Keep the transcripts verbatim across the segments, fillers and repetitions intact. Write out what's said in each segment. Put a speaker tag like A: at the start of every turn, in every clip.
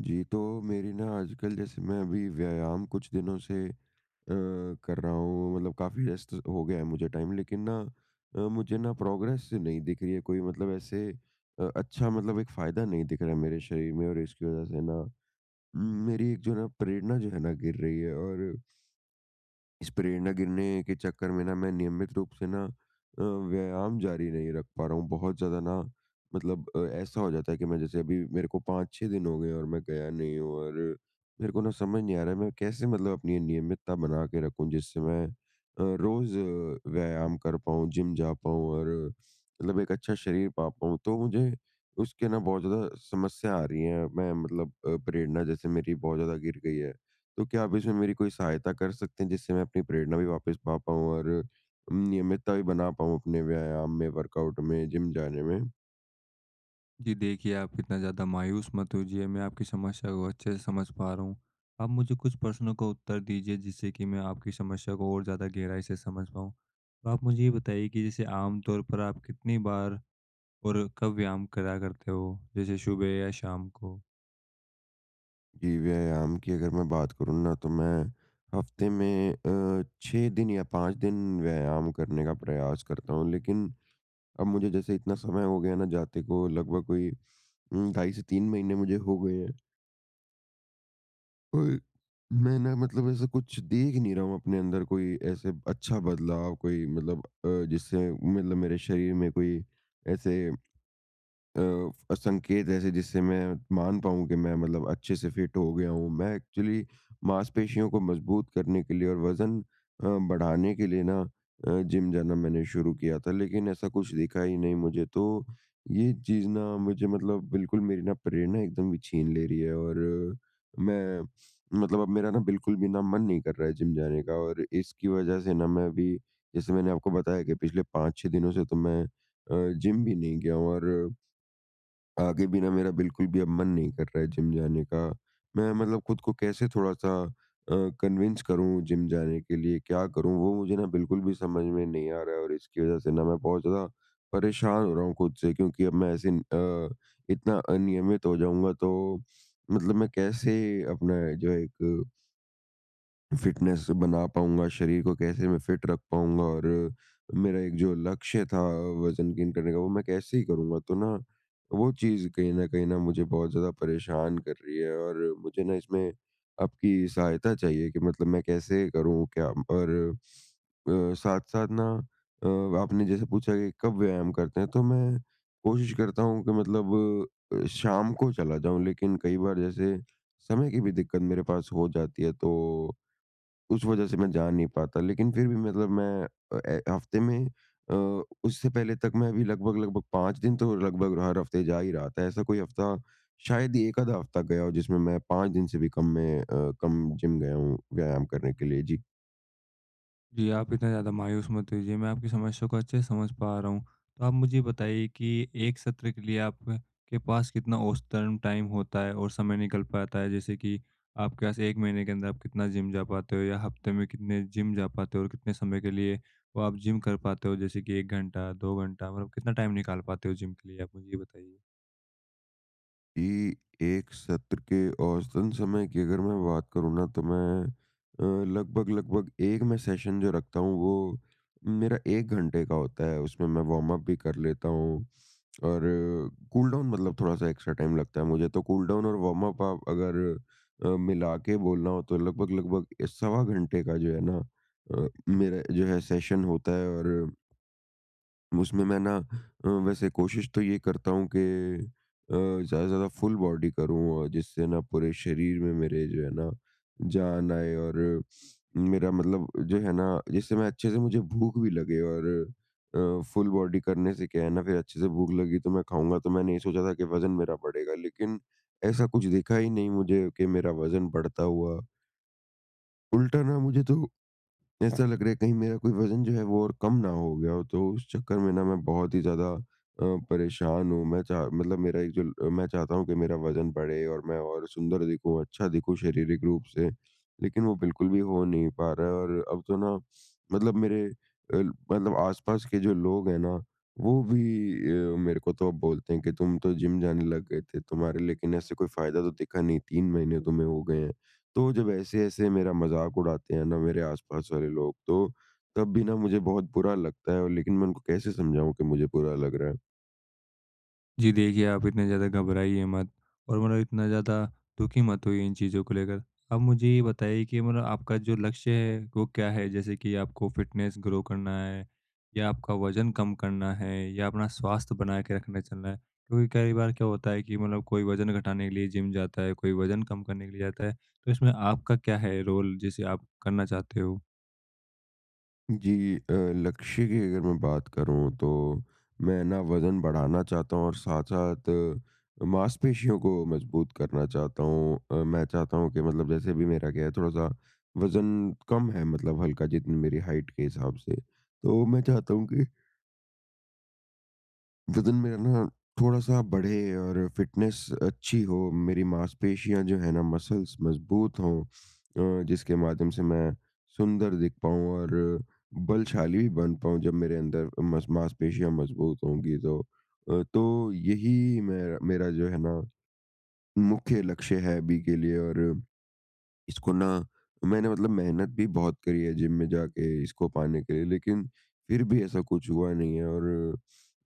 A: जी, तो मेरी ना आजकल, जैसे मैं अभी व्यायाम कुछ दिनों से अ, कर रहा हूँ, मतलब काफ़ी व्यस्त हो गया है, मुझे टाइम लेकिन ना अ, मुझे ना प्रोग्रेस नहीं दिख रही है कोई, मतलब ऐसे अ, अच्छा, मतलब एक फ़ायदा नहीं दिख रहा है मेरे शरीर में, और इसकी वज़ह से ना उम, मेरी एक जो है ना प्रेरणा जो है ना गिर रही है। और इस प्रेरणा गिरने के चक्कर में ना मैं नियमित रूप से ना अ, व्यायाम जारी नहीं रख पा रहा हूँ। बहुत ज़्यादा ना मतलब अ, ऐसा हो जाता है कि मैं जैसे अभी, मेरे को पाँच छह दिन हो गए और मैं गया नहीं हूँ। और मेरे को ना समझ नहीं आ रहा है मैं कैसे, मतलब अपनी ये नियमितता बना के रखूँ जिससे मैं अ, रोज़ अ, व्यायाम कर पाऊँ, जिम जा पाऊँ, और मतलब एक अच्छा शरीर पा पाऊँ। तो मुझे उसके ना बहुत ज़्यादा समस्या आ रही है। मैं मतलब अ, प्रेरणा जैसे मेरी बहुत ज़्यादा गिर गई है। तो क्या आप इसमें मेरी कोई सहायता कर सकते हैं, जिससे मैं अपनी प्रेरणा भी वापस पा पाऊँ और नियमितता भी बना पाऊँ अपने व्यायाम में, वर्कआउट में, जिम जाने में?
B: जी देखिए, आप इतना ज़्यादा मायूस मत होइए, मैं आपकी समस्या को अच्छे से समझ पा रहा हूँ। आप मुझे कुछ प्रश्नों का उत्तर दीजिए जिससे कि मैं आपकी समस्या को और ज़्यादा गहराई से समझ पाऊँ। तो आप मुझे ये बताइए कि जैसे आम तौर पर आप कितनी बार और कब व्यायाम करा करते हो? जैसे सुबह या शाम को?
A: जी, व्यायाम की अगर मैं बात करूँ ना, तो मैं हफ्ते में अ, छह दिन या पाँच दिन व्यायाम करने का प्रयास करता हूँ। लेकिन अब मुझे जैसे इतना समय हो गया ना जाते को, लगभग कोई उम, ढाई से तीन महीने मुझे हो गए हैं। अ, मैं ना मतलब ऐसा कुछ देख नहीं रहा हूँ अपने अंदर, कोई ऐसे अच्छा बदलाव कोई, मतलब अ, जिससे मतलब मेरे शरीर में कोई ऐसे अ, फ संकेत, ऐसे जिससे मैं मान पाऊँ कि मैं मतलब अच्छे से फिट हो गया हूँ। मैं एक्चुअली मांसपेशियों को मजबूत करने के लिए और वज़न अ, बढ़ाने के लिए ना अ, जिम जाना मैंने शुरू किया था, लेकिन ऐसा कुछ दिखा ही नहीं मुझे। तो ये चीज़ ना मुझे मतलब बिल्कुल मेरी ना प्रेरणा एकदम भी छीन ले रही है। और मैं मतलब अब मेरा ना बिल्कुल भी ना मन नहीं कर रहा है जिम जाने का, और इसकी वज़ह से ना मैं अभी, जैसे मैंने आपको बताया कि पिछले पाँच छह दिनों से तो मैं अ, जिम भी नहीं गया हूँ, और आगे भी ना मेरा बिल्कुल भी अब मन नहीं कर रहा है जिम जाने का। मैं मतलब खुद को कैसे थोड़ा-सा अ, कन्विंस करूँ जिम जाने के लिए, क्या करूँ? वो मुझे ना बिल्कुल भी समझ में नहीं आ रहा है, और इसकी वज़ह से ना मैं बहुत ज़्यादा परेशान हो रहा हूँ खुद से, क्योंकि अब मैं ऐसे अ, इतना अनियमित हो जाऊँगा, तो मतलब मैं कैसे अपना जो है एक फिटनेस बना पाऊँगा, शरीर को कैसे मैं फिट रख पाऊँगा, और मेरा एक जो लक्ष्य था वज़न गेन करने का, वो मैं कैसे ही करूँगा? तो ना, वो चीज़ कहीं न कहीं ना मुझे बहुत ज़्यादा परेशान कर रही है, और मुझे ना इसमें आपकी सहायता चाहिए कि मतलब मैं कैसे करूँ, क्या, और अ, साथ-साथ ना अ, आपने जैसे पूछा कि कब व्यायाम करते हैं, तो मैं कोशिश करता हूँ कि मतलब अ, शाम को चला जाऊँ, लेकिन कई बार जैसे समय की भी दिक्कत मेरे पास हो जाती है, तो उस वजह से मैं जा नहीं पाता। लेकिन फिर भी मतलब मैं अ, ए हफ्ते में अ, उससे पहले तक मैं भी लगभग-लगभग पाँच दिन तो लगभग हर हफ्ते जा ही रहा था। ऐसा कोई हफ्ता शायद ही एक आधा हफ्ता गया हो जिसमें मैं पाँच दिन से भी कम में अ, कम जिम गया हूँ व्यायाम करने के लिए। जी।
B: जी, आप इतना ज़्यादा मायूस मत होइए, मैं आपकी समस्या को अच्छे से समझ पा रहा हूँ। तो आप मुझे बताइए कि एक सत्र के लिए आप के पास कितना औसतन टाइम होता है और समय निकल पाता है? जैसे कि आपके पास एक महीने के अंदर आप कितना जिम जा पाते हो या हफ्ते में कितने जिम जा पाते हो और कितने समय के लिए वो आप जिम कर पाते हो? जैसे कि एक घंटा, दो घंटा मतलब कितना टाइम निकाल पाते हो जिम के लिए? आप मुझे ये बताइए।
A: कि एक सत्र के औसतन समय की अगर मैं बात करूँ ना, तो मैं अ, लगभग-लगभग एक, मैं सेशन जो रखता हूँ वो मेरा एक घंटे का होता है। उसमें मैं वार्म अप भी कर लेता हूँ, और कूल डाउन, मतलब थोड़ा-सा एक्स्ट्रा टाइम लगता है मुझे। तो कूल डाउन और वार्म अप आप अगर अ, मिला के बोलना हो तो लगभग-लगभग सवा घंटे का जो है ना अ, मेरा जो है सेशन होता है। और उसमें मैं ना अ, वैसे कोशिश तो ये करता हूँ कि अ, ज़्यादा से ज़्यादा फुल बॉडी करूँ और जिससे ना पूरे शरीर में मेरे जो है ना जान आए, और मेरा मतलब जो है ना, जिससे मैं अच्छे से मुझे भूख भी लगे, और अ, फुल बॉडी करने से क्या है ना, फिर अच्छे से भूख लगी तो मैं खाऊंगा, तो मैंने ये सोचा था कि वज़न मेरा बढ़ेगा, लेकिन ऐसा कुछ दिखा ही नहीं मुझे कि मेरा वज़न बढ़ता हुआ। उल्टा ना मुझे तो ऐसा लग रहा है कहीं मेरा कोई वज़न जो है वो और कम ना हो गया हो, तो उस चक्कर में ना मैं बहुत ही ज़्यादा अ, परेशान हूँ। मैं चाह मतलब मेरा एक जो ल मैं चाहता हूँ कि मेरा वज़न बढ़े और मैं और सुंदर दिखूँ, अच्छा दिखूँ शारीरिक रूप से, लेकिन वो बिल्कुल भी हो नहीं पा रहा है। और अब तो ना मतलब मेरे अ, मतलब आस-पास के जो लोग हैं ना, वो भी अ, मेरे को तो अब बोलते हैं कि तुम तो जिम जाने लग गए थे, तुम्हारे, लेकिन ऐसे कोई फ़ायदा तो दिखा नहीं, तीन महीने तुम्हें हो गए हैं। तो जब ऐसे-ऐसे मेरा मज़ाक उड़ाते हैं ना मेरे आस-पास वाले लोग, तो तब भी ना मुझे बहुत बुरा लगता है, और लेकिन मैं उनको कैसे समझाऊँ कि मुझे बुरा लग रहा है।
B: जी देखिए, आप इतने ज़्यादा घबराइए मत और मतलब इतना ज़्यादा दुखी मत होइए इन चीज़ों को लेकर। आप मुझे ये बताइए कि मतलब आपका जो लक्ष्य है वो क्या है? जैसे कि आपको फ़िटनेस ग्रो करना है, या आपका वज़न कम करना है, या अपना स्वास्थ्य बना के रखना चलना है? क्योंकि कई बार क्या होता है कि मतलब कोई वज़न घटाने के लिए जिम जाता है, कोई वज़न कम करने के लिए जाता है। तो इसमें आपका क्या है रोल जिसे आप करना चाहते हो?
A: जी, अ, लक्ष्य की अगर मैं बात करूँ, तो मैं ना वज़न बढ़ाना चाहता हूँ और साथ-साथ मांसपेशियों को मजबूत करना चाहता हूँ। अ, मैं चाहता हूँ कि मतलब जैसे भी मेरा क्या है, थोड़ा-सा वज़न कम है, मतलब हल्का, जितनी मेरी हाइट के हिसाब से। तो मैं चाहता हूँ कि वज़न मेरा ना थोड़ा-सा बढ़े और फ़िटनेस अच्छी हो, मेरी मांसपेशियाँ जो हैं ना, मसल्स मज़बूत हों, अ, जिसके माध्यम से मैं सुंदर दिख पाऊँ और बलशाली भी बन पाऊँ। जब मेरे अंदर मस मांसपेशियाँ मज़बूत होंगी, तो अ, तो यही मेरा मेरा जो है ना मुख्य लक्ष्य है अभी के लिए। और इसको ना मैंने मतलब मेहनत भी बहुत करी है जिम में जाके इसको पाने के लिए, लेकिन फिर भी ऐसा कुछ हुआ नहीं है। और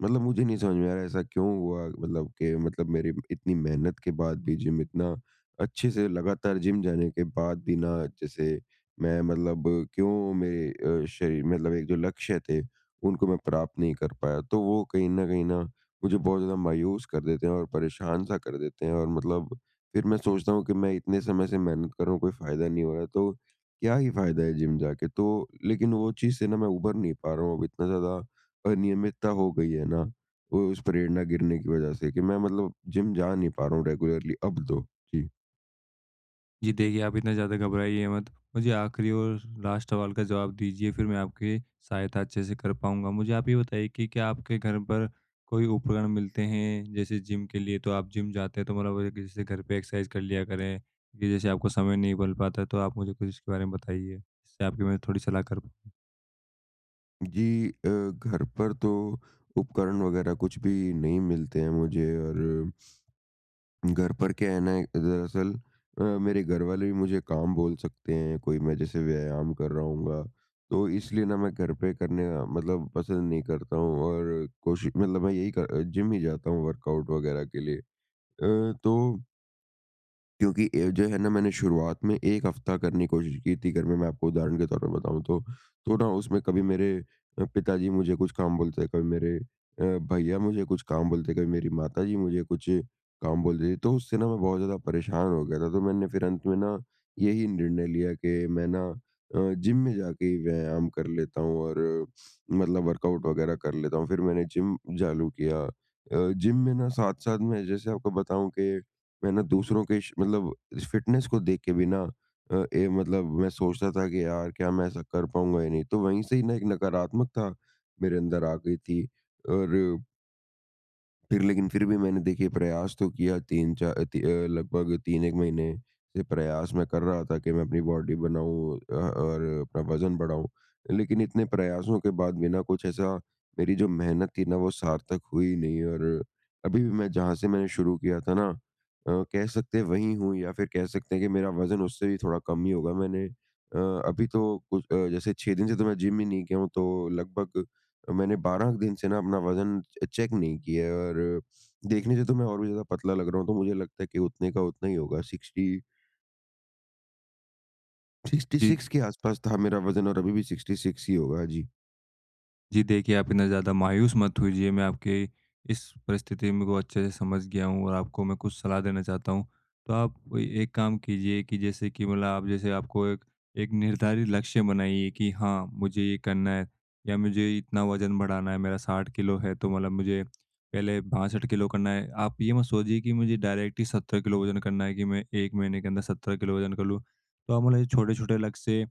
A: मतलब मुझे नहीं समझ में आ रहा है ऐसा क्यों हुआ, मतलब कि मतलब मेरी इतनी मेहनत के बाद भी, जिम इतना अच्छे से लगातार जिम जाने के बाद भी ना, जैसे मैं मतलब क्यों मेरे अ, शरीर, मतलब एक जो लक्ष्य थे, उनको मैं प्राप्त नहीं कर पाया। तो वो कहीं न कहीं ना मुझे बहुत ज़्यादा मायूस कर देते हैं और परेशान-सा कर देते हैं, और मतलब फिर मैं सोचता हूँ कि मैं इतने समय से मेहनत कर रहा हूँ, कोई फ़ायदा नहीं हो रहा, तो क्या ही फ़ायदा है जिम जाके? तो लेकिन वो चीज़ से ना मैं उभर नहीं पा रहा हूँ, अब इतना ज़्यादा अनियमितता हो गई है ना, वो उस प्रेरणा गिरने की वजह से, कि मैं मतलब जिम जा नहीं पा रहा हूँ रेगुलरली अब तो। जी।
B: जी देखिए, आप इतना ज़्यादा घबराइए मत। मुझे आखिरी और लास्ट सवाल का जवाब दीजिए, फिर मैं आपकी सहायता अच्छे से कर पाऊँगा। मुझे आप ये बताइए कि क्या आपके घर पर कोई उपकरण मिलते हैं? जैसे जिम के लिए तो आप जिम जाते हैं, तो मतलब अगर जैसे घर पे एक्सरसाइज कर लिया करें, कि जैसे आपको समय नहीं मिल पाता, तो आप मुझे कुछ इसके बारे में बताइए, जिससे आपकी मैं थोड़ी सलाह कर पाऊँ?
A: जी, अ, घर पर तो उपकरण वगैरह कुछ भी नहीं मिलते हैं मुझे, और घर पर क्या है ना, दरअसल अ, मेरे घर वाले भी मुझे काम बोल सकते हैं, कोई मैं जैसे व्यायाम कर रहा हूँगा, तो इसलिए ना मैं घर पे करने अ, मतलब पसंद नहीं करता हूँ, और कोशिश मतलब मैं यही कर, जिम ही जाता हूँ वर्कआउट वगैरह के लिए। अ, तो क्योंकि ए, जो है ना, मैंने शुरुआत में एक हफ्ता करने की कोशिश की थी घर में, मैं आपको उदाहरण के तौर पर बताऊँ तो। तो ना उसमें कभी मेरे अ, पिताजी मुझे कुछ काम बोलते, कभी मेरे अ, भैया मुझे कुछ काम बोलते, कभी मेरी माताजी मुझे कुछ काम बोल देती। तो उससे ना मैं बहुत ज़्यादा परेशान हो गया था, तो मैंने फिर अंत में ना यही निर्णय लिया कि मैं ना अ, जिम में जाके ही व्यायाम कर लेता हूँ, और अ, मतलब वर्कआउट वगैरह कर लेता हूँ। फिर मैंने जिम चालू किया। अ, जिम में ना साथ-साथ मैं जैसे आपको बताऊँ कि मैं ना दूसरों के श मतलब फिटनेस को देख के भी ना अ, ए मतलब मैं सोचता था कि यार क्या मैं ऐसा कर पाऊँगा या नहीं? तो वहीं से ही ना एक नकारात्मकता मेरे अंदर आ गई थी, और फिर लेकिन फिर भी मैंने देखिए प्रयास तो किया, तीन चा ती अ, लगभग तीन एक महीने से प्रयास मैं कर रहा था कि मैं अपनी बॉडी बनाऊँ अ, और अपना वज़न बढ़ाऊँ। लेकिन इतने प्रयासों के बाद भी ना कुछ ऐसा, मेरी जो मेहनत थी ना वो सार्थक हुई नहीं, और अभी भी मैं जहाँ से मैंने शुरू किया था ना अ, कह सकते हैं वहीं हूँ, या फिर कह सकते हैं कि मेरा वज़न उससे भी थोड़ा कम ही होगा। मैंने अ, अभी तो कुछ अ, जैसे छह दिन से तो मैं जिम ही नहीं गया हूँ, तो लगभग मैंने बारह दिन से ना अपना वज़न चेक नहीं किया है, और देखने से तो मैं और भी ज़्यादा पतला लग रहा हूँ, तो मुझे लगता है कि उतने का उतना ही होगा, साठ
B: जी।
A: छियासठ के आसपास था मेरा वज़न और अभी भी छियासठ ही होगा। जी।
B: जी देखिए, आप इतना ज़्यादा मायूस मत होइए। मैं आपके इस परिस्थिति में को अच्छे से समझ गया हूँ और आपको मैं कुछ सलाह देना चाहता हूँ। तो आप कोई एक काम कीजिए कि जैसे कि मतलब आप जैसे आपको एक एक निर्धारित लक्ष्य बनाइए कि हाँ, मुझे ये करना है, या मुझे इतना वज़न बढ़ाना है। मेरा साठ किलो है तो मतलब मुझे पहले बासठ किलो करना है। आप ये मत सोचिए कि मुझे डायरेक्ट ही सत्तर किलो वज़न करना है, कि मैं एक महीने के अंदर सत्तर किलो वज़न कर लूँ। तो आप मतलब ये छोटे-छोटे लक्ष्य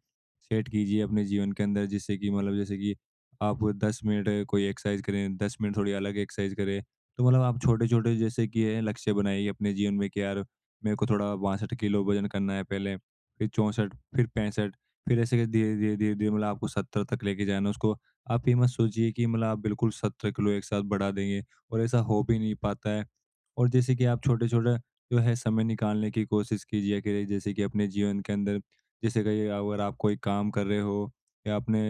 B: सेट कीजिए अपने जीवन के अंदर, जिससे कि मतलब जैसे कि आप दस मिनट कोई एक्सरसाइज करें, दस मिनट थोड़ी अलग एक्सरसाइज करें। तो मतलब आप छोटे-छोटे जैसे कि है लक्ष्य बनाइए अपने जीवन में कि यार मेरे को थोड़ा बासठ किलो वज़न करना है पहले, फिर चौंसठ, फिर पैंसठ, फिर ऐसे करके धीरे-धीरे, धीरे-धीरे मतलब आपको सत्तर तक लेके जाना है उसको। आप ये मत सोचिए कि मतलब आप बिल्कुल सत्तर किलो एक साथ बढ़ा देंगे, और ऐसा हो भी नहीं पाता है। और जैसे कि आप छोटे-छोटे जो है समय निकालने की कोशिश कीजिए कि जैसे कि अपने जीवन के अंदर, जैसे कहिए, अगर आप कोई काम कर रहे हो या अपने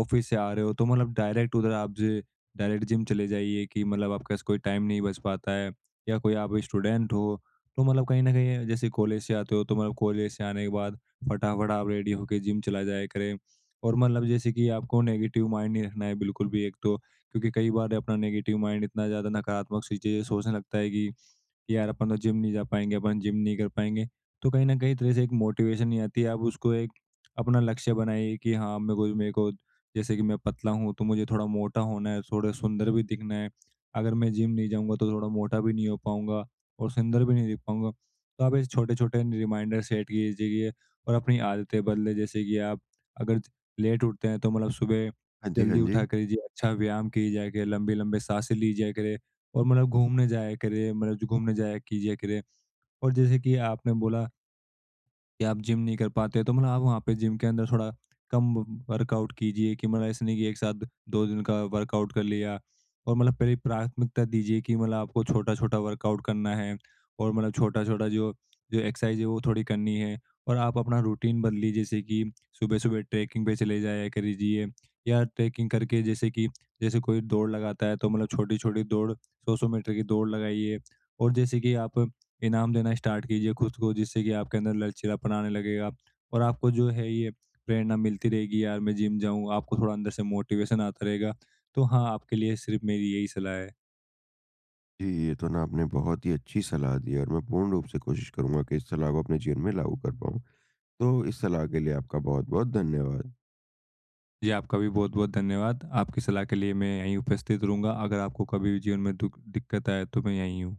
B: ऑफिस से आ रहे हो, तो मतलब डायरेक्ट उधर आप जो डायरेक्ट जिम चले जाइए, कि मतलब आपके पास कोई टाइम नहीं बच पाता है। या कोई आप स्टूडेंट हो तो मतलब कहीं ना कहीं जैसे कॉलेज से आते हो, तो मतलब कॉलेज से आने के बाद फटाफट आप रेडी होके जिम चला जाया करें। और मतलब जैसे कि आपको नेगेटिव माइंड नहीं रखना है बिल्कुल भी एक तो, क्योंकि कई बार अपना नेगेटिव माइंड इतना ज़्यादा नकारात्मक चीज़ें सोचने लगता है कि कि यार अपन तो जिम नहीं जा पाएंगे, अपन जिम नहीं कर पाएंगे, तो कहीं ना कहीं तरह से एक मोटिवेशन नहीं आती है। आप उसको एक अपना लक्ष्य बनाइए कि हाँ, मेरे को मेरे को जैसे कि मैं पतला हूँ तो मुझे थोड़ा मोटा होना है, थोड़ा सुंदर भी दिखना है। अगर मैं जिम नहीं जाऊँगा तो थोड़ा मोटा भी नहीं हो पाऊँगा और सुंदर भी नहीं दिख पाऊँगा। तो आप ऐसे छोटे-छोटे रिमाइंडर सेट कीजिए और अपनी आदतें बदलें। जैसे कि आप अगर लेट उठते हैं, तो मतलब सुबह
A: हाँ जी, हाँ
B: जल्दी
A: जी।
B: उठा करिए, अच्छा व्यायाम किया जाया करें, लंबी-लंबी साँसें ली जाया करें और मतलब घूमने जाया करें, मतलब जो घूमने जाया कीजिए करें। और जैसे कि आपने बोला कि आप जिम नहीं कर पाते, तो मतलब आप वहाँ पे जिम के अंदर थोड़ा कम वर्कआउट कीजिए, कि मतलब ऐसे नहीं कि एक साथ दो दिन का वर्कआउट कर लिया। और मतलब पहले प्राथमिकता दीजिए कि मतलब आपको छोटा-छोटा वर्कआउट करना है, और मतलब छोटा-छोटा जो जो एक्सरसाइज़ है, वो थोड़ी करनी है। और आप अपना रूटीन बदलिए, जैसे कि सुबह-सुबह ट्रैकिंग पे चले जाया करिजिए, या ट्रैकिंग करके, जैसे कि जैसे कोई दौड़ लगाता है, तो मतलब छोटी-छोटी दौड़ सौ सौ मीटर की दौड़ लगाइए। और जैसे कि आप इनाम देना स्टार्ट कीजिए खुद को, जिससे कि आपके अंदर लचीलापन आने लगेगा, और आपको जो है ये प्रेरणा मिलती रहेगी, यार मैं जिम जाऊँ। आपको थोड़ा अंदर से मोटिवेशन आता रहेगा। तो हाँ, आपके लिए सिर्फ मेरी यही सलाह है।
A: जी, ये तो ना आपने बहुत ही अच्छी सलाह दी है, और मैं पूर्ण रूप से कोशिश करूँगा कि इस सलाह को अपने जीवन में लागू कर पाऊँ। तो इस सलाह के लिए आपका बहुत-बहुत धन्यवाद।
B: जी, आपका भी बहुत बहुत धन्यवाद आपकी सलाह के लिए। मैं यहीं उपस्थित रहूंगा, अगर आपको कभी भी जीवन में दुख दिक्कत आए तो मैं यहीं हूँ।